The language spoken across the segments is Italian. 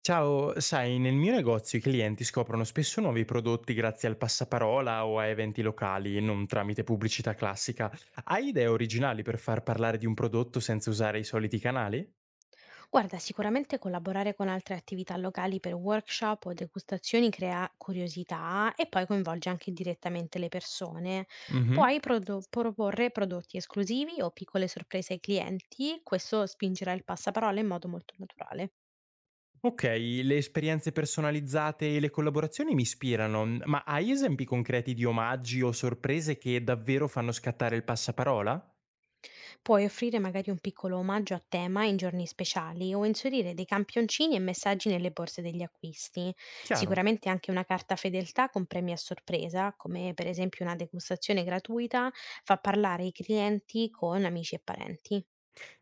Ciao, sai, nel mio negozio i clienti scoprono spesso nuovi prodotti grazie al passaparola o a eventi locali, non tramite pubblicità classica. Hai idee originali per far parlare di un prodotto senza usare i soliti canali? Guarda, sicuramente collaborare con altre attività locali per workshop o degustazioni crea curiosità e poi coinvolge anche direttamente le persone. Mhm. Puoi proporre prodotti esclusivi o piccole sorprese ai clienti, questo spingerà il passaparola in modo molto naturale. Ok, le esperienze personalizzate e le collaborazioni mi ispirano, ma hai esempi concreti di omaggi o sorprese che davvero fanno scattare il passaparola? Puoi offrire magari un piccolo omaggio a tema in giorni speciali o inserire dei campioncini e messaggi nelle borse degli acquisti. Chiaro. Sicuramente anche una carta fedeltà con premi a sorpresa, come per esempio una degustazione gratuita, fa parlare i clienti con amici e parenti.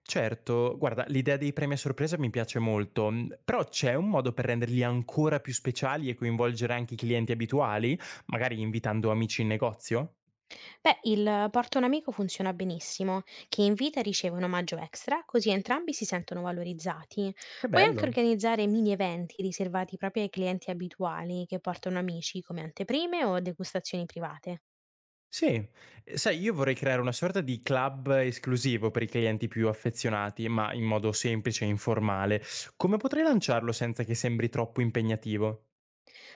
Certo, guarda, l'idea dei premi a sorpresa mi piace molto, però c'è un modo per renderli ancora più speciali e coinvolgere anche i clienti abituali, magari invitando amici in negozio? Beh, il porta un amico funziona benissimo. Chi invita riceve un omaggio extra, così entrambi si sentono valorizzati. Che Puoi anche bello! organizzare mini eventi riservati proprio ai clienti abituali che portano amici, come anteprime o degustazioni private. Sì. Sai, io vorrei creare una sorta di club esclusivo per i clienti più affezionati, ma in modo semplice e informale. Come potrei lanciarlo senza che sembri troppo impegnativo?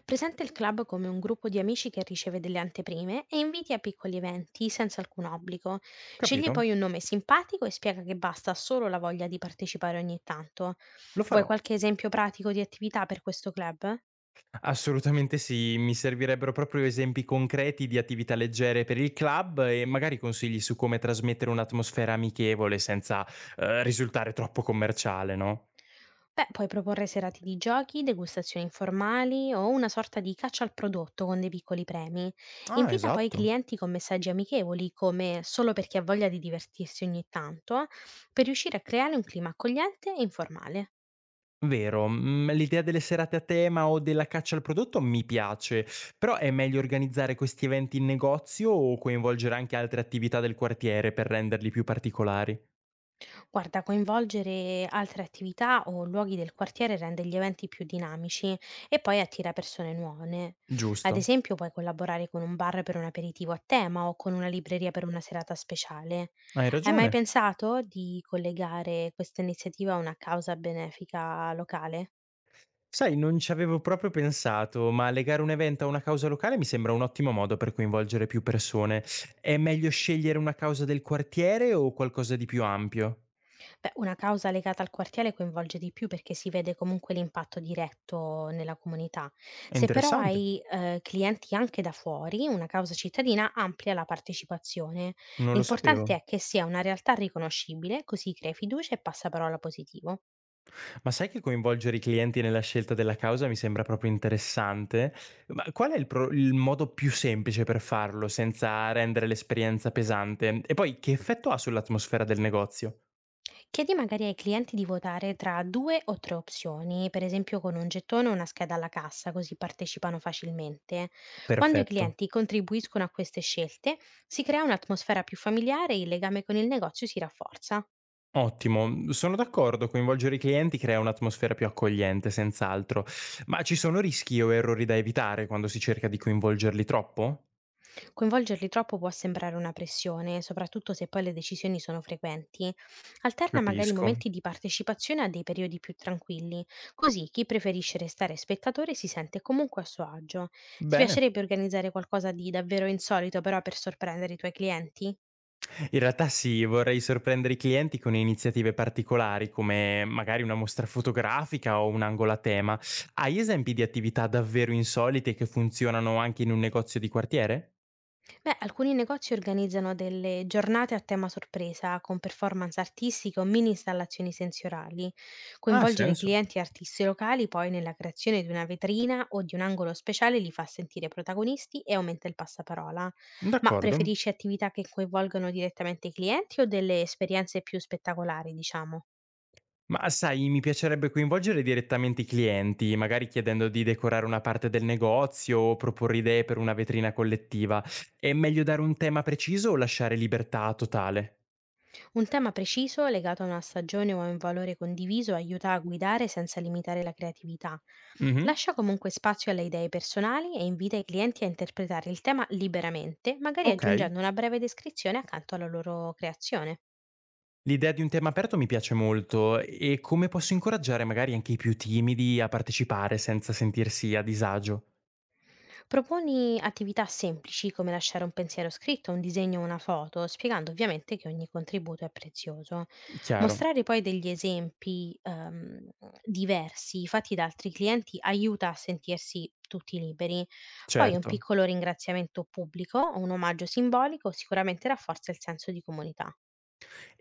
Presenta il club come un gruppo di amici che riceve delle anteprime e inviti a piccoli eventi senza alcun obbligo. Scegli Capito? poi un nome simpatico e spiega che basta solo la voglia di partecipare ogni tanto. Lo Vuoi farò. qualche esempio pratico di attività per questo club? Assolutamente sì, mi servirebbero proprio esempi concreti di attività leggere per il club e magari consigli su come trasmettere un'atmosfera amichevole senza risultare troppo commerciale, no? Beh, puoi proporre serate di giochi, degustazioni informali o una sorta di caccia al prodotto con dei piccoli premi. Ah, Invita poi i esatto. clienti con messaggi amichevoli, come solo per chi ha voglia di divertirsi ogni tanto, per riuscire a creare un clima accogliente e informale. Vero, l'idea delle serate a tema o della caccia al prodotto mi piace, però è meglio organizzare questi eventi in negozio o coinvolgere anche altre attività del quartiere per renderli più particolari? Guarda, coinvolgere altre attività o luoghi del quartiere rende gli eventi più dinamici e poi attira persone nuove. Ad Giusto. esempio, puoi collaborare con un bar per un aperitivo a tema o con una libreria per una serata speciale. Hai Hai mai ragione. pensato di collegare questa iniziativa a una causa benefica locale? Sai, non ci avevo proprio pensato, ma legare un evento a una causa locale mi sembra un ottimo modo per coinvolgere più persone. È meglio scegliere una causa del quartiere o qualcosa di più ampio? Beh, una causa legata al quartiere coinvolge di più perché si vede comunque l'impatto diretto nella comunità. È Se però interessante, hai clienti anche da fuori, una causa cittadina amplia la partecipazione. non lo sapevo. L'importante è che sia una realtà riconoscibile, così crei fiducia e passaparola positivo. Ma sai che coinvolgere i clienti nella scelta della causa mi sembra proprio interessante? Ma qual è il, il modo più semplice per farlo senza rendere l'esperienza pesante? E poi che effetto ha sull'atmosfera del negozio? Chiedi magari ai clienti di votare tra due o tre opzioni, per esempio con un gettone o una scheda alla cassa, così partecipano facilmente. Quando i Perfetto. clienti contribuiscono a queste scelte, si crea un'atmosfera più familiare e il legame con il negozio si rafforza. Ottimo, sono d'accordo, coinvolgere i clienti crea un'atmosfera più accogliente, senz'altro, ma ci sono rischi o errori da evitare quando si cerca di coinvolgerli troppo? Coinvolgerli troppo può sembrare una pressione, soprattutto se poi le decisioni sono frequenti. Alterna magari Capisco. momenti di partecipazione a dei periodi più tranquilli, così chi preferisce restare spettatore si sente comunque a suo agio. Ti Bene. piacerebbe organizzare qualcosa di davvero insolito però per sorprendere i tuoi clienti? In realtà sì, vorrei sorprendere i clienti con iniziative particolari, come magari una mostra fotografica o un angolo a tema. Hai esempi di attività davvero insolite che funzionano anche in un negozio di quartiere? Beh, alcuni negozi organizzano delle giornate a tema sorpresa, con performance artistiche o mini installazioni sensoriali. Ha Coinvolgere senso. clienti e artisti locali poi nella creazione di una vetrina o di un angolo speciale li fa sentire protagonisti e aumenta il passaparola. Ma D'accordo. preferisci attività che coinvolgano direttamente i clienti o delle esperienze più spettacolari, diciamo? Ma sai, mi piacerebbe coinvolgere direttamente i clienti, magari chiedendo di decorare una parte del negozio o proporre idee per una vetrina collettiva. È meglio dare un tema preciso o lasciare libertà totale? Un tema preciso, legato a una stagione o a un valore condiviso, aiuta a guidare senza limitare la creatività. Mhm. Lascia comunque spazio alle idee personali e invita i clienti a interpretare il tema liberamente, magari Ok. aggiungendo una breve descrizione accanto alla loro creazione. L'idea di un tema aperto mi piace molto e come posso incoraggiare magari anche i più timidi a partecipare senza sentirsi a disagio? Proponi attività semplici come lasciare un pensiero scritto, un disegno o una foto, spiegando ovviamente che ogni contributo è prezioso. Chiaro, Mostrare poi degli esempi diversi fatti da altri clienti aiuta a sentirsi tutti liberi. Poi un certo. piccolo ringraziamento pubblico o un omaggio simbolico sicuramente rafforza il senso di comunità.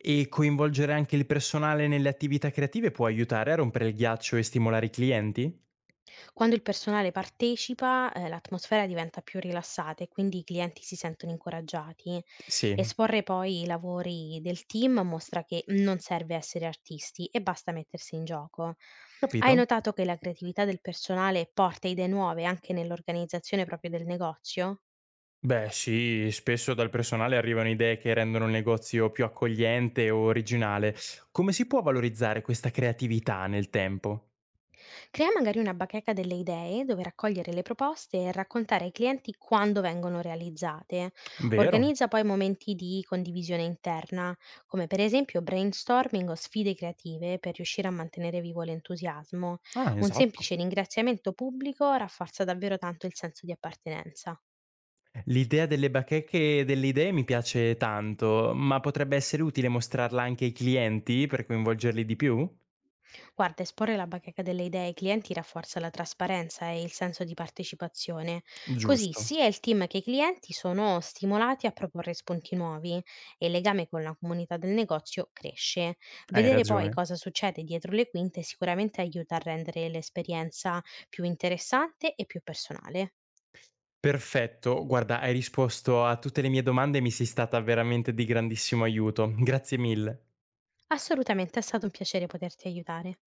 E coinvolgere anche il personale nelle attività creative può aiutare a rompere il ghiaccio e stimolare i clienti? Quando il personale partecipa, l'atmosfera diventa più rilassata e quindi i clienti si sentono incoraggiati. Sì, Esporre poi i lavori del team mostra che non serve essere artisti e basta mettersi in gioco. Hai capito. notato che la creatività del personale porta idee nuove anche nell'organizzazione proprio del negozio? Beh sì, spesso dal personale arrivano idee che rendono il negozio più accogliente o originale. Come si può valorizzare questa creatività nel tempo? Crea magari una bacheca delle idee dove raccogliere le proposte e raccontare ai clienti quando vengono realizzate. Vero? Organizza poi momenti di condivisione interna, come per esempio brainstorming o sfide creative per riuscire a mantenere vivo l'entusiasmo. Ah, Un esatto. semplice ringraziamento pubblico rafforza davvero tanto il senso di appartenenza. L'idea delle bacheche e delle idee mi piace tanto, ma potrebbe essere utile mostrarla anche ai clienti per coinvolgerli di più? Guarda, esporre la bacheca delle idee ai clienti rafforza la trasparenza e il senso di partecipazione, così Giusto, sia il team che i clienti sono stimolati a proporre spunti nuovi e il legame con la comunità del negozio cresce. hai Vedere poi ragione. cosa succede dietro le quinte sicuramente aiuta a rendere l'esperienza più interessante e più personale. Perfetto, guarda, hai risposto a tutte le mie domande e mi sei stata veramente di grandissimo aiuto. Grazie mille. Assolutamente è stato un piacere poterti aiutare.